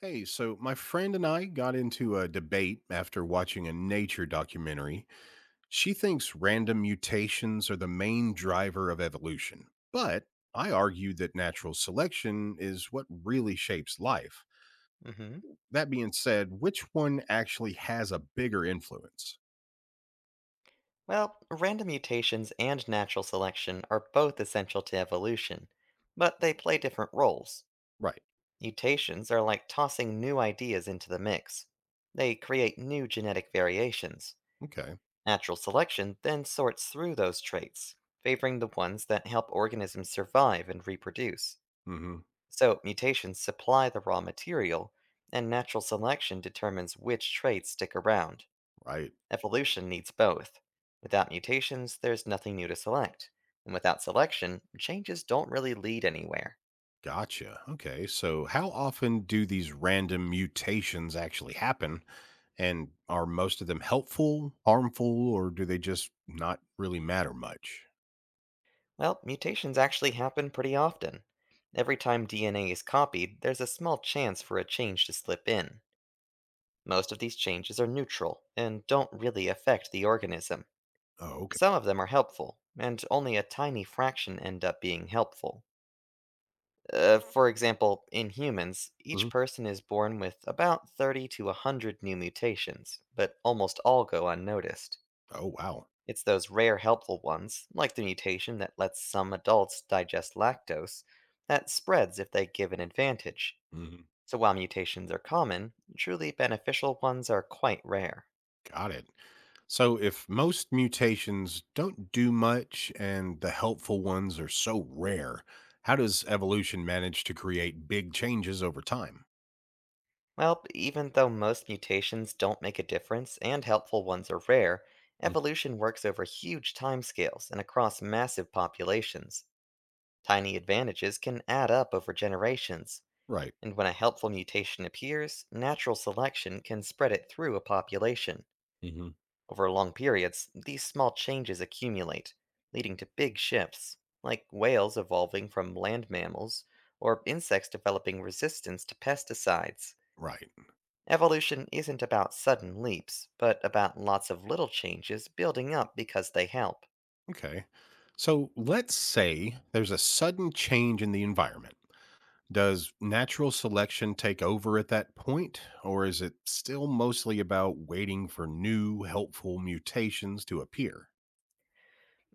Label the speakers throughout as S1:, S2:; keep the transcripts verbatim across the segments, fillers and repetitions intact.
S1: Hey, so my friend and I got into a debate after watching a nature documentary. She thinks random mutations are the main driver of evolution, but I argue that natural selection is what really shapes life.
S2: Hmm.
S1: That being said, which one actually has a bigger influence?
S2: Well, random mutations and natural selection are both essential to evolution, but they play different roles.
S1: Right.
S2: Mutations are like tossing new ideas into the mix. They create new genetic variations.
S1: Okay.
S2: Natural selection then sorts through those traits, favoring the ones that help organisms survive and reproduce.
S1: Hmm.
S2: So, mutations supply the raw material, and natural selection determines which traits stick around.
S1: Right.
S2: Evolution needs both. Without mutations, there's nothing new to select. And without selection, changes don't really lead anywhere.
S1: Gotcha. Okay. So, how often do these random mutations actually happen? And are most of them helpful, harmful, or do they just not really matter much?
S2: Well, mutations actually happen pretty often. Every time D N A is copied, there's a small chance for a change to slip in. Most of these changes are neutral and don't really affect the organism.
S1: Oh, okay.
S2: Some of them are helpful, and only a tiny fraction end up being helpful. Uh, for example, in humans,
S1: Mhm.
S2: each person is born with about thirty to one hundred new mutations, but almost all go unnoticed.
S1: Oh, wow.
S2: It's those rare helpful ones, like the mutation that lets some adults digest lactose, that spreads if they give an advantage.
S1: Mhm.
S2: So while mutations are common, truly beneficial ones are quite rare.
S1: Got it. So, if most mutations don't do much and the helpful ones are so rare, how does evolution manage to create big changes over time?
S2: Well, even though most mutations don't make a difference and helpful ones are rare,
S1: Mhm.
S2: evolution works over huge timescales and across massive populations. Tiny advantages can add up over generations,
S1: Right.
S2: and when a helpful mutation appears, natural selection can spread it through a population.
S1: Hmm.
S2: Over long periods, these small changes accumulate, leading to big shifts, like whales evolving from land mammals or insects developing resistance to pesticides.
S1: Right.
S2: Evolution isn't about sudden leaps, but about lots of little changes building up because they help.
S1: Okay. So let's say there's a sudden change in the environment. Does natural selection take over at that point, or is it still mostly about waiting for new helpful mutations to appear?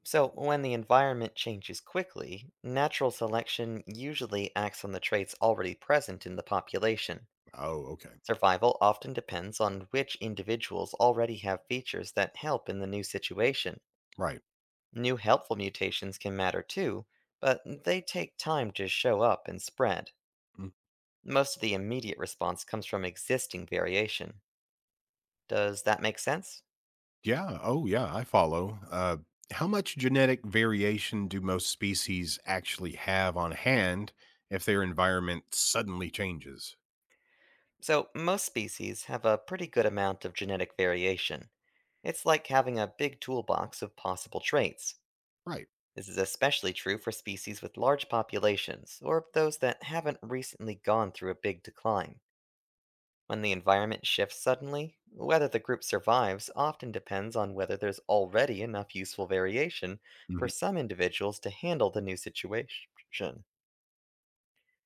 S2: So, when the environment changes quickly, natural selection usually acts on the traits already present in the population.
S1: Oh, okay.
S2: Survival often depends on which individuals already have features that help in the new situation.
S1: Right.
S2: New helpful mutations can matter too, but they take time to show up and spread.
S1: Mm.
S2: Most of the immediate response comes from existing variation. Does that make sense?
S1: Yeah. Oh, yeah. I follow. Uh, how much genetic variation do most species actually have on hand if their environment suddenly changes?
S2: So, most species have a pretty good amount of genetic variation. It's like having a big toolbox of possible traits.
S1: Right.
S2: This is especially true for species with large populations, or those that haven't recently gone through a big decline. When the environment shifts suddenly, whether the group survives often depends on whether there's already enough useful variation for
S1: Mhm.
S2: some individuals to handle the new situation.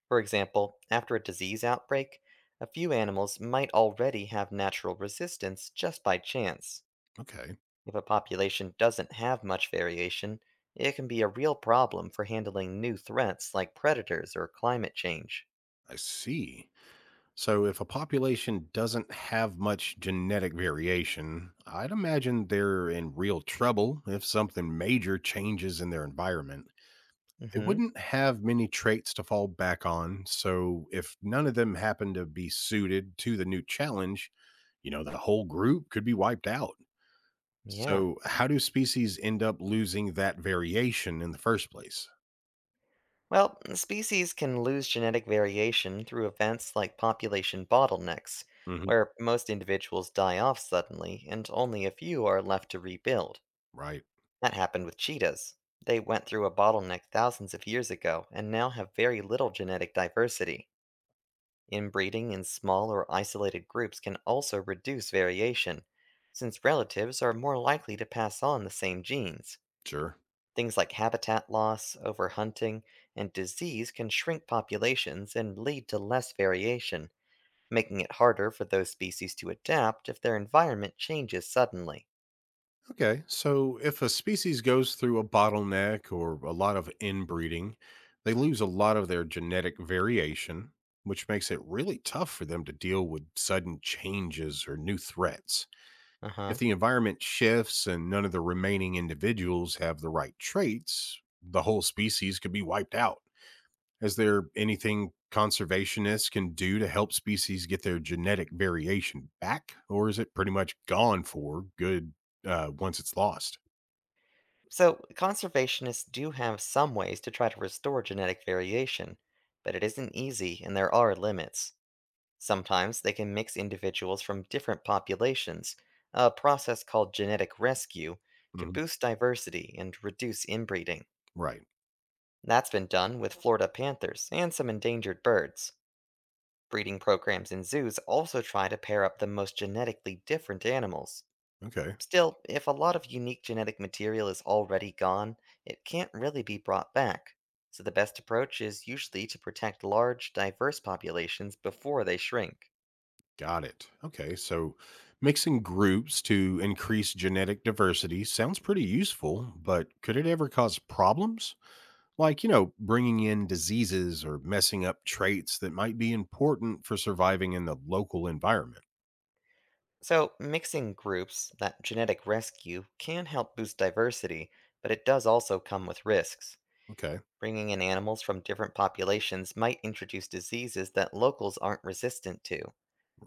S2: For example, after a disease outbreak, a few animals might already have natural resistance just by chance.
S1: Okay.
S2: If a population doesn't have much variation, it can be a real problem for handling new threats like predators or climate change.
S1: I see. So, if a population doesn't have much genetic variation, I'd imagine they're in real trouble if something major changes in their environment. They
S2: Hmm.
S1: wouldn't have many traits to fall back on. So, if none of them happen to be suited to the new challenge, you know, the whole group could be wiped out.
S2: Yeah.
S1: So, how do species end up losing that variation in the first place?
S2: Well, species can lose genetic variation through events like population bottlenecks,
S1: Hmm.
S2: where most individuals die off suddenly and only a few are left to rebuild.
S1: Right.
S2: That happened with cheetahs. They went through a bottleneck thousands of years ago and now have very little genetic diversity. Inbreeding in small or isolated groups can also reduce variation, since relatives are more likely to pass on the same genes.
S1: Sure.
S2: Things like habitat loss, overhunting, and disease can shrink populations and lead to less variation, making it harder for those species to adapt if their environment changes suddenly.
S1: Okay, so if a species goes through a bottleneck or a lot of inbreeding, they lose a lot of their genetic variation, which makes it really tough for them to deal with sudden changes or new threats.
S2: Uh
S1: If
S2: huh.
S1: the environment shifts and none of the remaining individuals have the right traits, the whole species could be wiped out. Is there anything conservationists can do to help species get their genetic variation back, or is it pretty much gone for good uh, once it's lost?
S2: So, conservationists do have some ways to try to restore genetic variation, but it isn't easy and there are limits. Sometimes they can mix individuals from different populations, a process called genetic rescue, to
S1: Mhm.
S2: boost diversity and reduce inbreeding.
S1: Right.
S2: That's been done with Florida panthers and some endangered birds. Breeding programs in zoos also try to pair up the most genetically different animals.
S1: Okay.
S2: Still, if a lot of unique genetic material is already gone, it can't really be brought back, so the best approach is usually to protect large, diverse populations before they shrink.
S1: Got it. Okay. So mixing groups to increase genetic diversity sounds pretty useful, but could it ever cause problems? Like, you know, bringing in diseases or messing up traits that might be important for surviving in the local environment.
S2: So, mixing groups, that genetic rescue, can help boost diversity, but it does also come with risks.
S1: Okay.
S2: Bringing in animals from different populations might introduce diseases that locals aren't resistant to.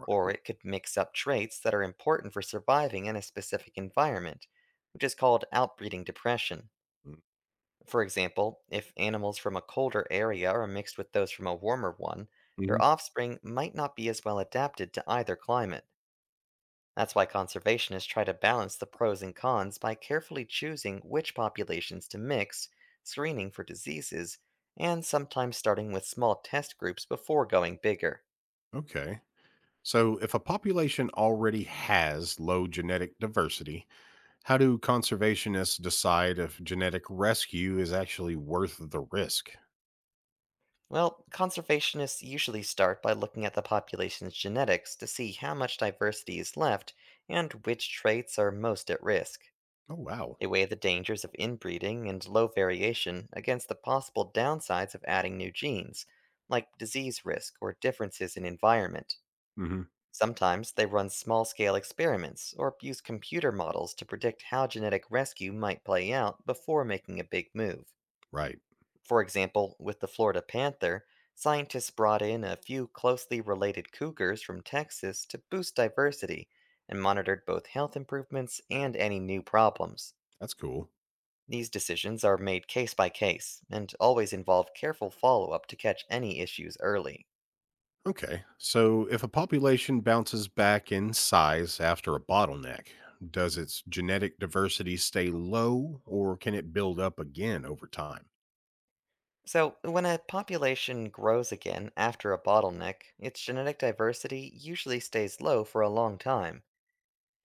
S2: Or it could mix up traits that are important for surviving in a specific environment, which is called outbreeding depression. For example, if animals from a colder area are mixed with those from a warmer one,
S1: Mhm.
S2: their offspring might not be as well adapted to either climate. That's why conservationists try to balance the pros and cons by carefully choosing which populations to mix, screening for diseases, and sometimes starting with small test groups before going bigger.
S1: Okay. So if a population already has low genetic diversity, how do conservationists decide if genetic rescue is actually worth the risk?
S2: Well, conservationists usually start by looking at the population's genetics to see how much diversity is left and which traits are most at risk.
S1: Oh, wow.
S2: They weigh the dangers of inbreeding and low variation against the possible downsides of adding new genes, like disease risk or differences in environment.
S1: Hmm.
S2: Sometimes they run small scale experiments or use computer models to predict how genetic rescue might play out before making a big move.
S1: Right.
S2: For example, with the Florida panther, scientists brought in a few closely related cougars from Texas to boost diversity and monitored both health improvements and any new problems.
S1: That's cool.
S2: These decisions are made case by case and always involve careful follow up to catch any issues early.
S1: Okay. So, if a population bounces back in size after a bottleneck, does its genetic diversity stay low or can it build up again over time?
S2: So, when a population grows again after a bottleneck, its genetic diversity usually stays low for a long time.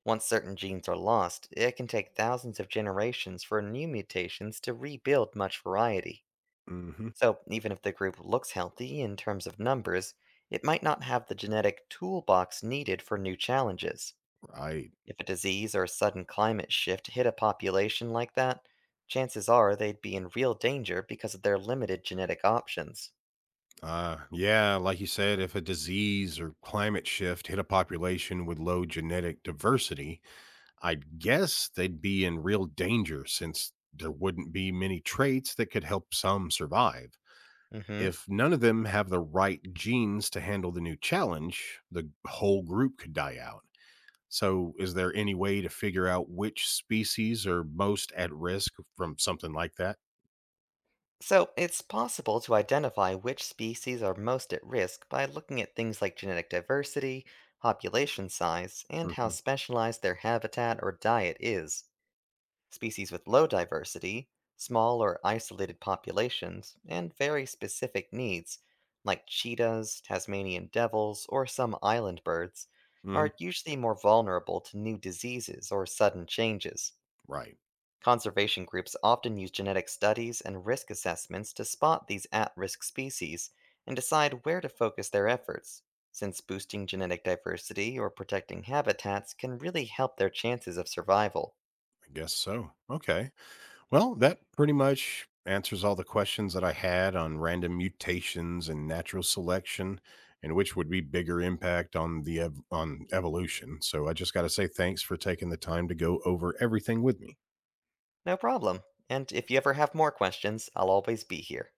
S2: Once certain genes are lost, it can take thousands of generations for new mutations to rebuild much variety.
S1: Hmm.
S2: So, even if the group looks healthy in terms of numbers, it might not have the genetic toolbox needed for new challenges.
S1: Right.
S2: If a disease or a sudden climate shift hit a population like that, chances are they'd be in real danger because of their limited genetic options.
S1: Uh, yeah. Like you said, if a disease or climate shift hit a population with low genetic diversity, I'd guess they'd be in real danger since there wouldn't be many traits that could help some survive.
S2: Mm hmm.
S1: If none of them have the right genes to handle the new challenge, the whole group could die out. So, is there any way to figure out which species are most at risk from something like that?
S2: So, it's possible to identify which species are most at risk by looking at things like genetic diversity, population size, and how
S1: Hmm.
S2: specialized their habitat or diet is. Species with low diversity, small or isolated populations, and very specific needs, like cheetahs, Tasmanian devils, or some island birds,
S1: Hmm.
S2: are usually more vulnerable to new diseases or sudden changes.
S1: Right.
S2: Conservation groups often use genetic studies and risk assessments to spot these at risk species and decide where to focus their efforts, since boosting genetic diversity or protecting habitats can really help their chances of survival.
S1: I guess so. Okay. Well, that pretty much answers all the questions that I had on random mutations and natural selection and which would be bigger impact on the ev- on evolution. So I just got to say thanks for taking the time to go over everything with me.
S2: No problem. And if you ever have more questions, I'll always be here.